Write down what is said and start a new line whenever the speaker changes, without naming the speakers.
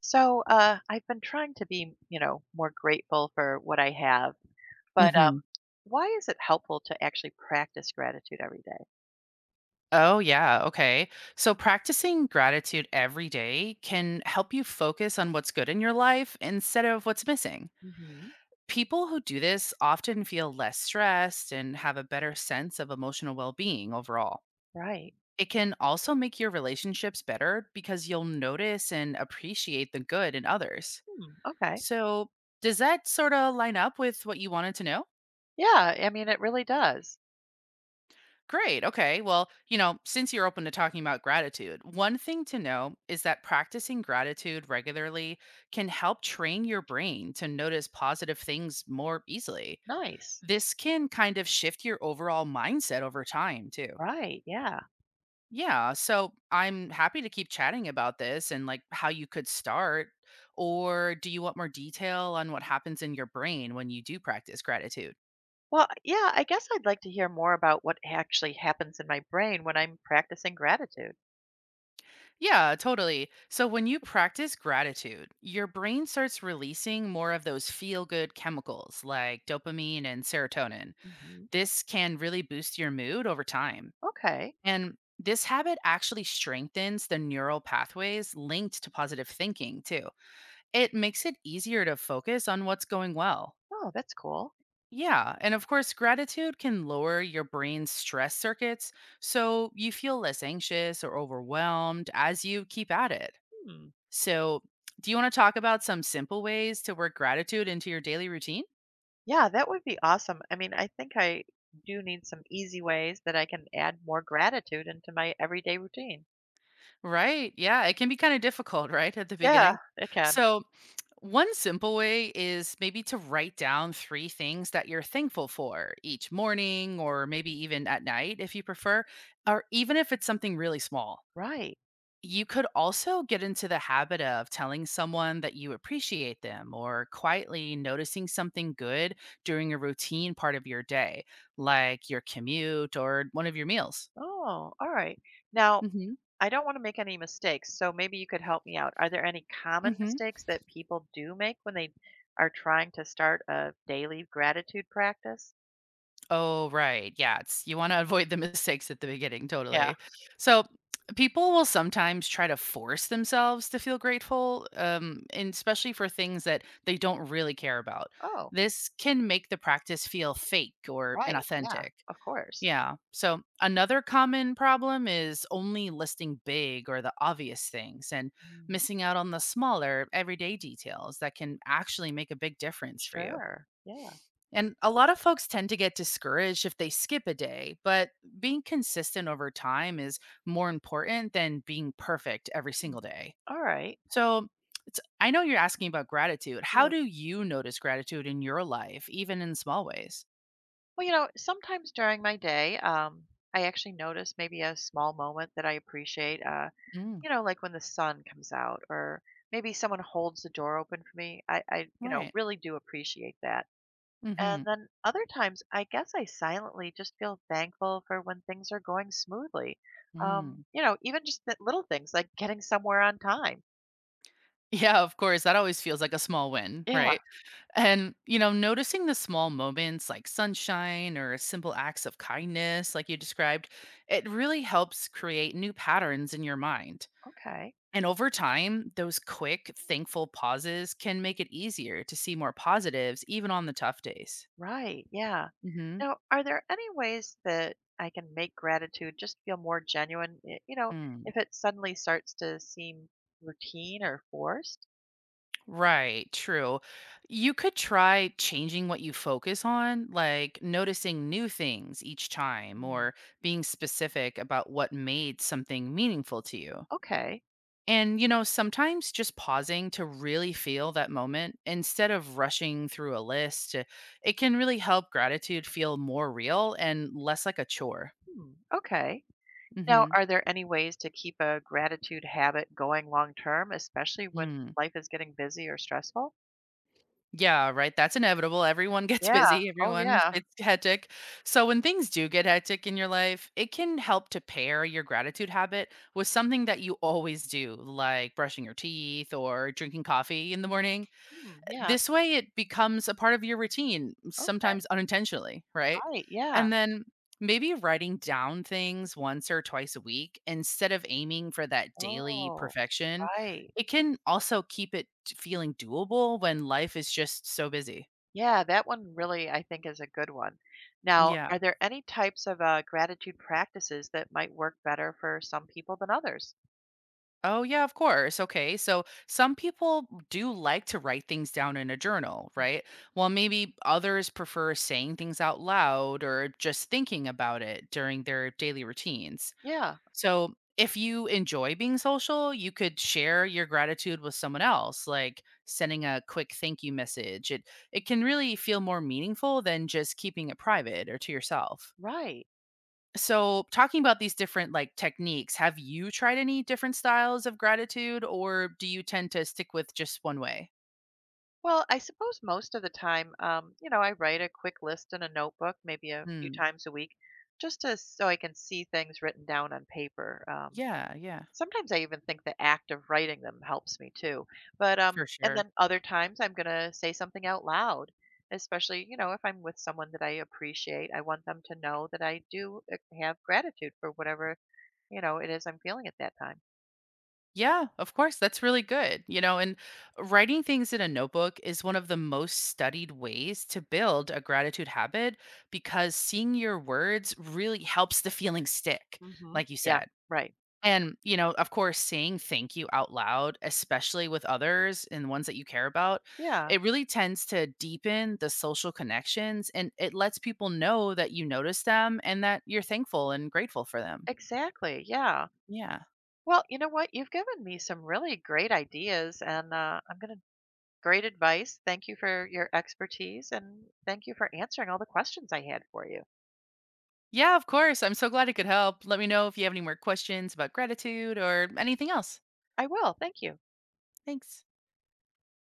So, I've been trying to be, more grateful for what I have, but
Mhm.
why is it helpful to actually practice gratitude every day?
Oh, yeah. Okay. So practicing gratitude every day can help you focus on what's good in your life instead of what's missing.
Hmm.
People who do this often feel less stressed and have a better sense of emotional well being overall.
Right.
It can also make your relationships better because you'll notice and appreciate the good in others.
Hmm, okay.
So, does that sort of line up with what you wanted to know?
Yeah, I mean, it really does.
Great. Okay. Well, you know, since you're open to talking about gratitude, one thing to know is that practicing gratitude regularly can help train your brain to notice positive things more easily.
Nice.
This can kind of shift your overall mindset over time, too.
Right. Yeah.
Yeah. So I'm happy to keep chatting about this and like how you could start. Or do you want more detail on what happens in your brain when you do practice gratitude?
Well, yeah, I guess I'd like to hear more about what actually happens in my brain when I'm practicing gratitude.
Yeah, totally. So when you practice gratitude, your brain starts releasing more of those feel good chemicals like dopamine and serotonin.
Hmm.
This can really boost your mood over time.
Okay.
And this habit actually strengthens the neural pathways linked to positive thinking, too. It makes it easier to focus on what's going well.
Oh, that's cool.
Yeah. And of course, gratitude can lower your brain's stress circuits. So you feel less anxious or overwhelmed as you keep at it.
Hmm.
So, do you want to talk about some simple ways to work gratitude into your daily routine?
Yeah, that would be awesome. I mean, I think I do need some easy ways that I can add more gratitude into my everyday routine.
Right. Yeah. It can be kind of difficult, right? At the
Yeah,
beginning.
it can.
So, one simple way is maybe to write down three things that you're thankful for each morning or maybe even at night if you prefer, or even if it's something really small.
Right.
You could also get into the habit of telling someone that you appreciate them or quietly noticing something good during a routine part of your day, like your commute or one of your meals.
Oh, all right. Now,
Mhm.
I don't want to make any mistakes, so maybe you could help me out. Are there any common
Mhm.
mistakes that people do make when they are trying to start a daily gratitude practice?
Oh, right. Yeah, it's you want to avoid the mistakes at the beginning,
Yeah.
totally. So, people will sometimes try to force themselves to feel grateful, and especially for things that they don't really care about.
Oh,
This can make the practice feel fake or
right. Yeah,
inauthentic.
of course.
Yeah. So another common problem is only listing big or the obvious things and
Mm.
missing out on the smaller everyday details that can actually make a big difference for you.
Sure. Yeah.
And a lot of folks tend to get discouraged if they skip a day, but being consistent over time is more important than being perfect every
Mm.
single day.
All right.
So it's, I know you're asking about gratitude. How
Yeah.
do you notice gratitude in your life, even in small ways?
Well, sometimes during my day, I actually notice maybe a small moment that I appreciate.
Mm,
Like when the sun comes out, or maybe someone holds the door open for me. I
right.
really do appreciate that.
Mm-hmm.
And then other times, I guess I silently just feel thankful for when things are going smoothly.
Mm.
Even just the little things like getting somewhere on time.
Yeah, of course. That always feels like a small win,
Yeah.
right? And, you know, noticing the small moments like sunshine or simple acts of kindness, like you described, it really helps create new patterns in your mind.
Okay.
And over time, those quick, thankful pauses can make it easier to see more positives, even on the tough days.
Right. Yeah.
Hmm.
Now, are there any ways that I can make gratitude just feel more genuine? If it suddenly starts to seem routine or forced?
Right, true. You could try changing what you focus on, like noticing new things each time
Hmm.
or being specific about what made something meaningful to you.
Okay.
And, you know, sometimes just pausing to really feel that moment instead of rushing through a list, it can really help gratitude feel more real and less like a chore.
Hmm. Okay. Now,
Mm-hmm.
are there any ways to keep a gratitude habit going long term, especially when life is getting busy or stressful?
Yeah, right, that's inevitable, everyone gets
Yeah.
busy,
Oh,
everyone
yeah.
gets hectic. So when things do get hectic in your life, it can help to pair your gratitude habit with something that you always do, like brushing your teeth or drinking coffee in the morning.
Hmm. Yeah.
This way it becomes a part of your routine,
Okay.
sometimes unintentionally, right?
Right. Yeah.
And then maybe writing down things once or twice a week instead of aiming for that daily
Oh,
perfection,
right.
it can also keep feeling doable when life is just so busy.
Yeah, that one really, I think, is a good one. Now,
Yeah.
are there any types of gratitude practices that might work better for some people than others?
Oh, yeah, of course. Okay. So some people do like to write things down in a journal, right? While maybe others prefer saying things out loud or just thinking about it during their daily routines.
Yeah,
So, if you enjoy being social, you could share your gratitude with someone else, like sending a quick thank you message. It can really feel more meaningful than just keeping it private or to yourself.
right.
So, talking about these different like techniques, have you tried any different styles of gratitude or do you tend to stick with just one way?
Well, I suppose most of the time, I write a quick list in a notebook, maybe a few
Mm.
times a week, just to so I can see things written down on paper.
Yeah, yeah.
Sometimes I even think the act of writing them helps me too. But
For
and
sure.
then other times I'm going to say something out loud, especially, if I'm with someone that I appreciate, I want them to know that I do have gratitude for whatever, it is I'm feeling at that time.
Yeah, of course. That's really good. You know, and writing things in a notebook is one of the most studied ways to build a gratitude habit because seeing your words really helps the feeling stick,
Mhm.
like you
Yeah,
said.
right.
And, you know, of course, saying thank you out loud, especially with others and ones that you care about,
Yeah,
it really tends to deepen the social connections and it lets people know that you notice them and that you're thankful and grateful for them.
exactly. Yeah.
Yeah.
Well, you know what? You've given me some really great ideas and I'm going to great advice. Thank you for your expertise and thank you for answering all the questions I had for you.
Yeah, of course. I'm so glad I could help. Let me know if you have any more questions about gratitude or anything else.
I will. Thank you.
Thanks.